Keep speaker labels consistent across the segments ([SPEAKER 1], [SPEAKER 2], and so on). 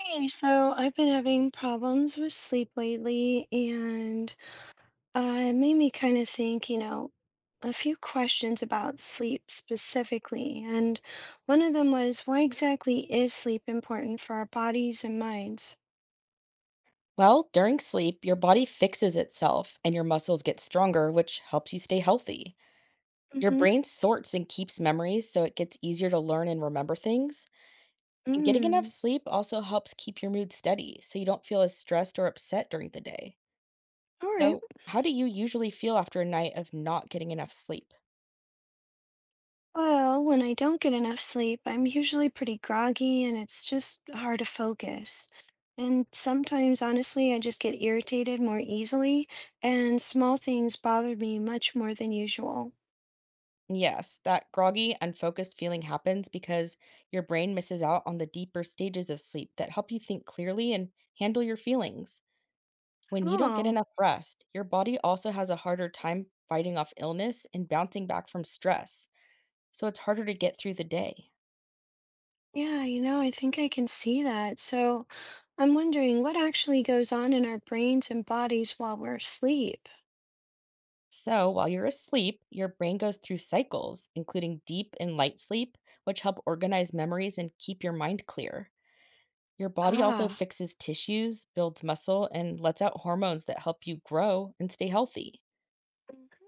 [SPEAKER 1] Hey, so I've been having problems with sleep lately, and it made me kind of think, you know, a few questions about sleep specifically. And one of them was, why exactly is sleep important for our bodies and minds?
[SPEAKER 2] Well, during sleep, your body fixes itself and your muscles get stronger, which helps you stay healthy. Your
[SPEAKER 1] Mm-hmm.
[SPEAKER 2] brain sorts and keeps memories so it gets easier to learn and remember things. And getting enough
[SPEAKER 1] Mm.
[SPEAKER 2] sleep also helps keep your mood steady so you don't feel as stressed or upset during the day.
[SPEAKER 1] All right.
[SPEAKER 2] So, how do you usually feel after a night of not getting enough sleep?
[SPEAKER 1] Well, when I don't get enough sleep, I'm usually pretty groggy and it's just hard to focus. And sometimes, honestly, I just get irritated more easily, and small things bother me much more than usual.
[SPEAKER 2] Yes, that groggy, unfocused feeling happens because your brain misses out on the deeper stages of sleep that help you think clearly and handle your feelings. When you don't get
[SPEAKER 1] Oh,
[SPEAKER 2] enough rest, your body also has a harder time fighting off illness and bouncing back from stress, so it's harder to get through the day.
[SPEAKER 1] yeah, you know, I think I can see that. So I'm wondering what actually goes on in our brains and bodies while we're asleep.
[SPEAKER 2] So, while you're asleep, your brain goes through cycles, including deep and light sleep, which help organize memories and keep your mind clear. Your body also
[SPEAKER 1] Ah,
[SPEAKER 2] fixes tissues, builds muscle, and lets out hormones that help you grow and stay healthy.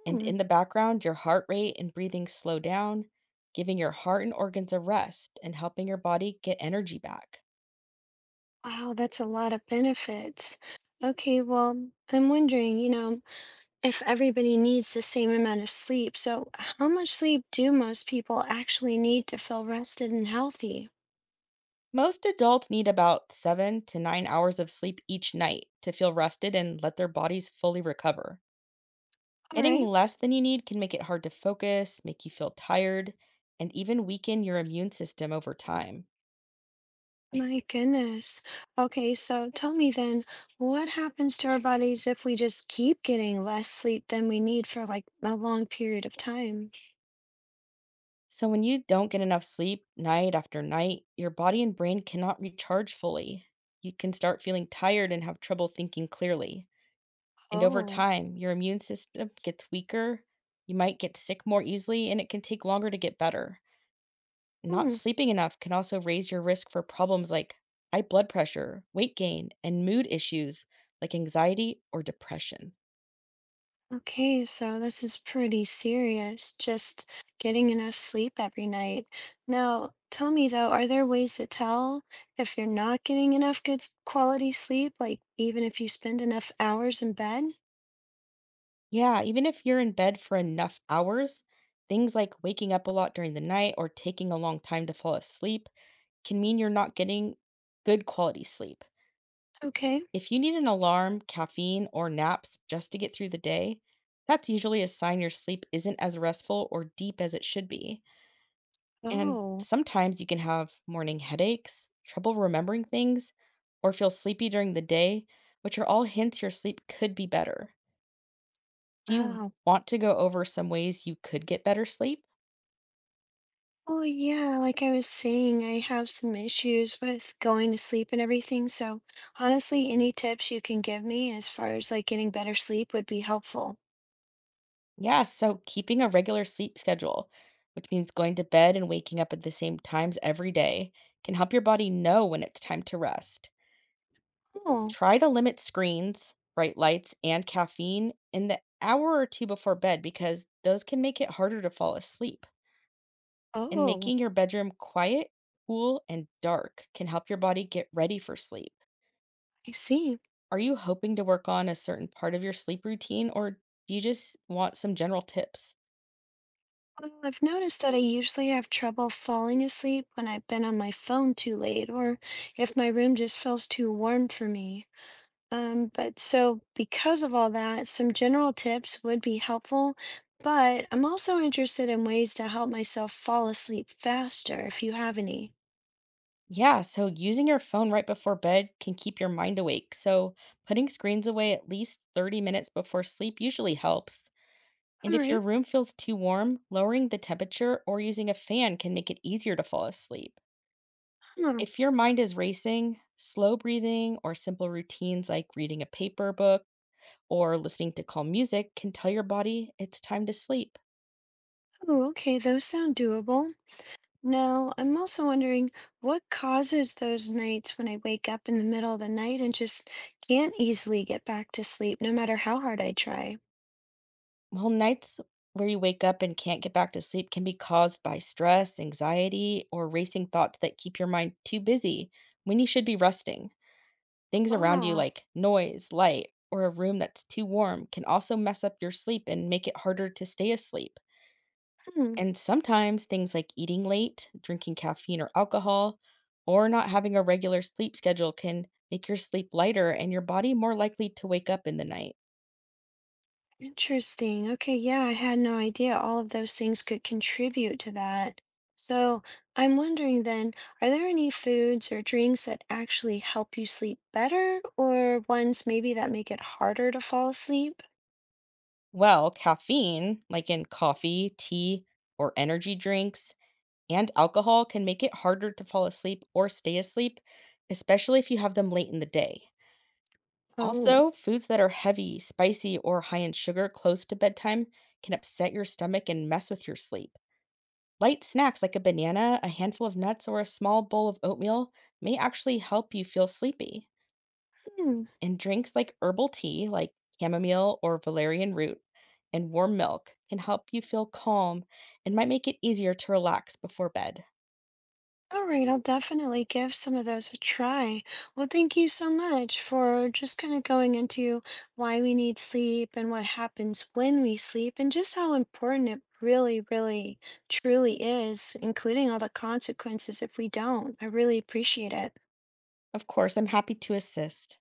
[SPEAKER 2] And
[SPEAKER 1] mhm.
[SPEAKER 2] in the background, your heart rate and breathing slow down, giving your heart and organs a rest and helping your body get energy back.
[SPEAKER 1] Wow, that's a lot of benefits. Okay, well, I'm wondering, you know, if everybody needs the same amount of sleep. So, how much sleep do most people actually need to feel rested and healthy?
[SPEAKER 2] Most adults need about 7 to 9 hours of sleep each night to feel rested and let their bodies fully recover.
[SPEAKER 1] All
[SPEAKER 2] Getting
[SPEAKER 1] right.
[SPEAKER 2] less than you need can make it hard to focus, make you feel tired, and even weaken your immune system over time.
[SPEAKER 1] My goodness. Okay, so tell me then, what happens to our bodies if we just keep getting less sleep than we need for like a long period of time?
[SPEAKER 2] So, when you don't get enough sleep night after night, your body and brain cannot recharge fully. You can start feeling tired and have trouble thinking clearly. And over
[SPEAKER 1] Oh,
[SPEAKER 2] time, your immune system gets weaker. You might get sick more easily, and it can take longer to get better. Not
[SPEAKER 1] hmm.
[SPEAKER 2] sleeping enough can also raise your risk for problems like high blood pressure, weight gain, and mood issues like anxiety or depression.
[SPEAKER 1] Okay, so this is pretty serious, just getting enough sleep every night. Now, tell me though, are there ways to tell if you're not getting enough good quality sleep, like even if you spend enough hours in bed?
[SPEAKER 2] Yeah, even if you're in bed for enough hours, things like waking up a lot during the night or taking a long time to fall asleep can mean you're not getting good quality sleep.
[SPEAKER 1] Okay.
[SPEAKER 2] If you need an alarm, caffeine, or naps just to get through the day, that's usually a sign your sleep isn't as restful or deep as it should be. And
[SPEAKER 1] Oh,
[SPEAKER 2] sometimes you can have morning headaches, trouble remembering things, or feel sleepy during the day, which are all hints your sleep could be better. Do you
[SPEAKER 1] wow.
[SPEAKER 2] want to go over some ways you could get better sleep?
[SPEAKER 1] Well, yeah, like I was saying, I have some issues with going to sleep and everything. So, honestly, any tips you can give me as far as like getting better sleep would be helpful.
[SPEAKER 2] Yeah, so keeping a regular sleep schedule, which means going to bed and waking up at the same times every day, can help your body know when it's time to rest.
[SPEAKER 1] Oh,
[SPEAKER 2] Try to limit screens, bright lights, and caffeine in the hour or two before bed because those can make it harder to fall asleep. And
[SPEAKER 1] oh,
[SPEAKER 2] making your bedroom quiet, cool, and dark can help your body get ready for sleep.
[SPEAKER 1] I see.
[SPEAKER 2] Are you hoping to work on a certain part of your sleep routine, or do you just want some general tips?
[SPEAKER 1] Well, I've noticed that I usually have trouble falling asleep when I've been on my phone too late or if my room just feels too warm for me. But so because of all that, some general tips would be helpful, but I'm also interested in ways to help myself fall asleep faster if you have any.
[SPEAKER 2] Yeah, so using your phone right before bed can keep your mind awake. So, putting screens away at least 30 minutes before sleep usually helps. And
[SPEAKER 1] All
[SPEAKER 2] if
[SPEAKER 1] right.
[SPEAKER 2] your room feels too warm, lowering the temperature or using a fan can make it easier to fall asleep.
[SPEAKER 1] Huh.
[SPEAKER 2] If your mind is racing, slow breathing or simple routines like reading a paper book or listening to calm music can tell your body it's time to sleep.
[SPEAKER 1] Oh, okay. Those sound doable. No, I'm also wondering what causes those nights when I wake up in the middle of the night and just can't easily get back to sleep, no matter how hard I try.
[SPEAKER 2] Well, nights where you wake up and can't get back to sleep can be caused by stress, anxiety, or racing thoughts that keep your mind too busy when you should be resting. Things around you,
[SPEAKER 1] Ah,
[SPEAKER 2] like noise, light, or a room that's too warm, can also mess up your sleep and make it harder to stay asleep.
[SPEAKER 1] hmm,
[SPEAKER 2] And sometimes things like eating late, drinking caffeine or alcohol, or not having a regular sleep schedule can make your sleep lighter and your body more likely to wake up in the night.
[SPEAKER 1] interesting. Okay, yeah, I had no idea all of those things could contribute to that. So I'm wondering then, are there any foods or drinks that actually help you sleep better, or ones maybe that make it harder to fall asleep?
[SPEAKER 2] Well, caffeine, like in coffee, tea, or energy drinks, and alcohol can make it harder to fall asleep or stay asleep, especially if you have them late in the day.
[SPEAKER 1] Oh,
[SPEAKER 2] Also, foods that are heavy, spicy, or high in sugar close to bedtime can upset your stomach and mess with your sleep. Light snacks like a banana, a handful of nuts, or a small bowl of oatmeal may actually help you feel sleepy.
[SPEAKER 1] hmm.
[SPEAKER 2] And drinks like herbal tea, like chamomile or valerian root, and warm milk can help you feel calm and might make it easier to relax before bed.
[SPEAKER 1] All right, I'll definitely give some of those a try. Well, thank you so much for just kind of going into why we need sleep and what happens when we sleep and just how important it really, really, truly is, including all the consequences if we don't. I really appreciate it.
[SPEAKER 2] Of course, I'm happy to assist.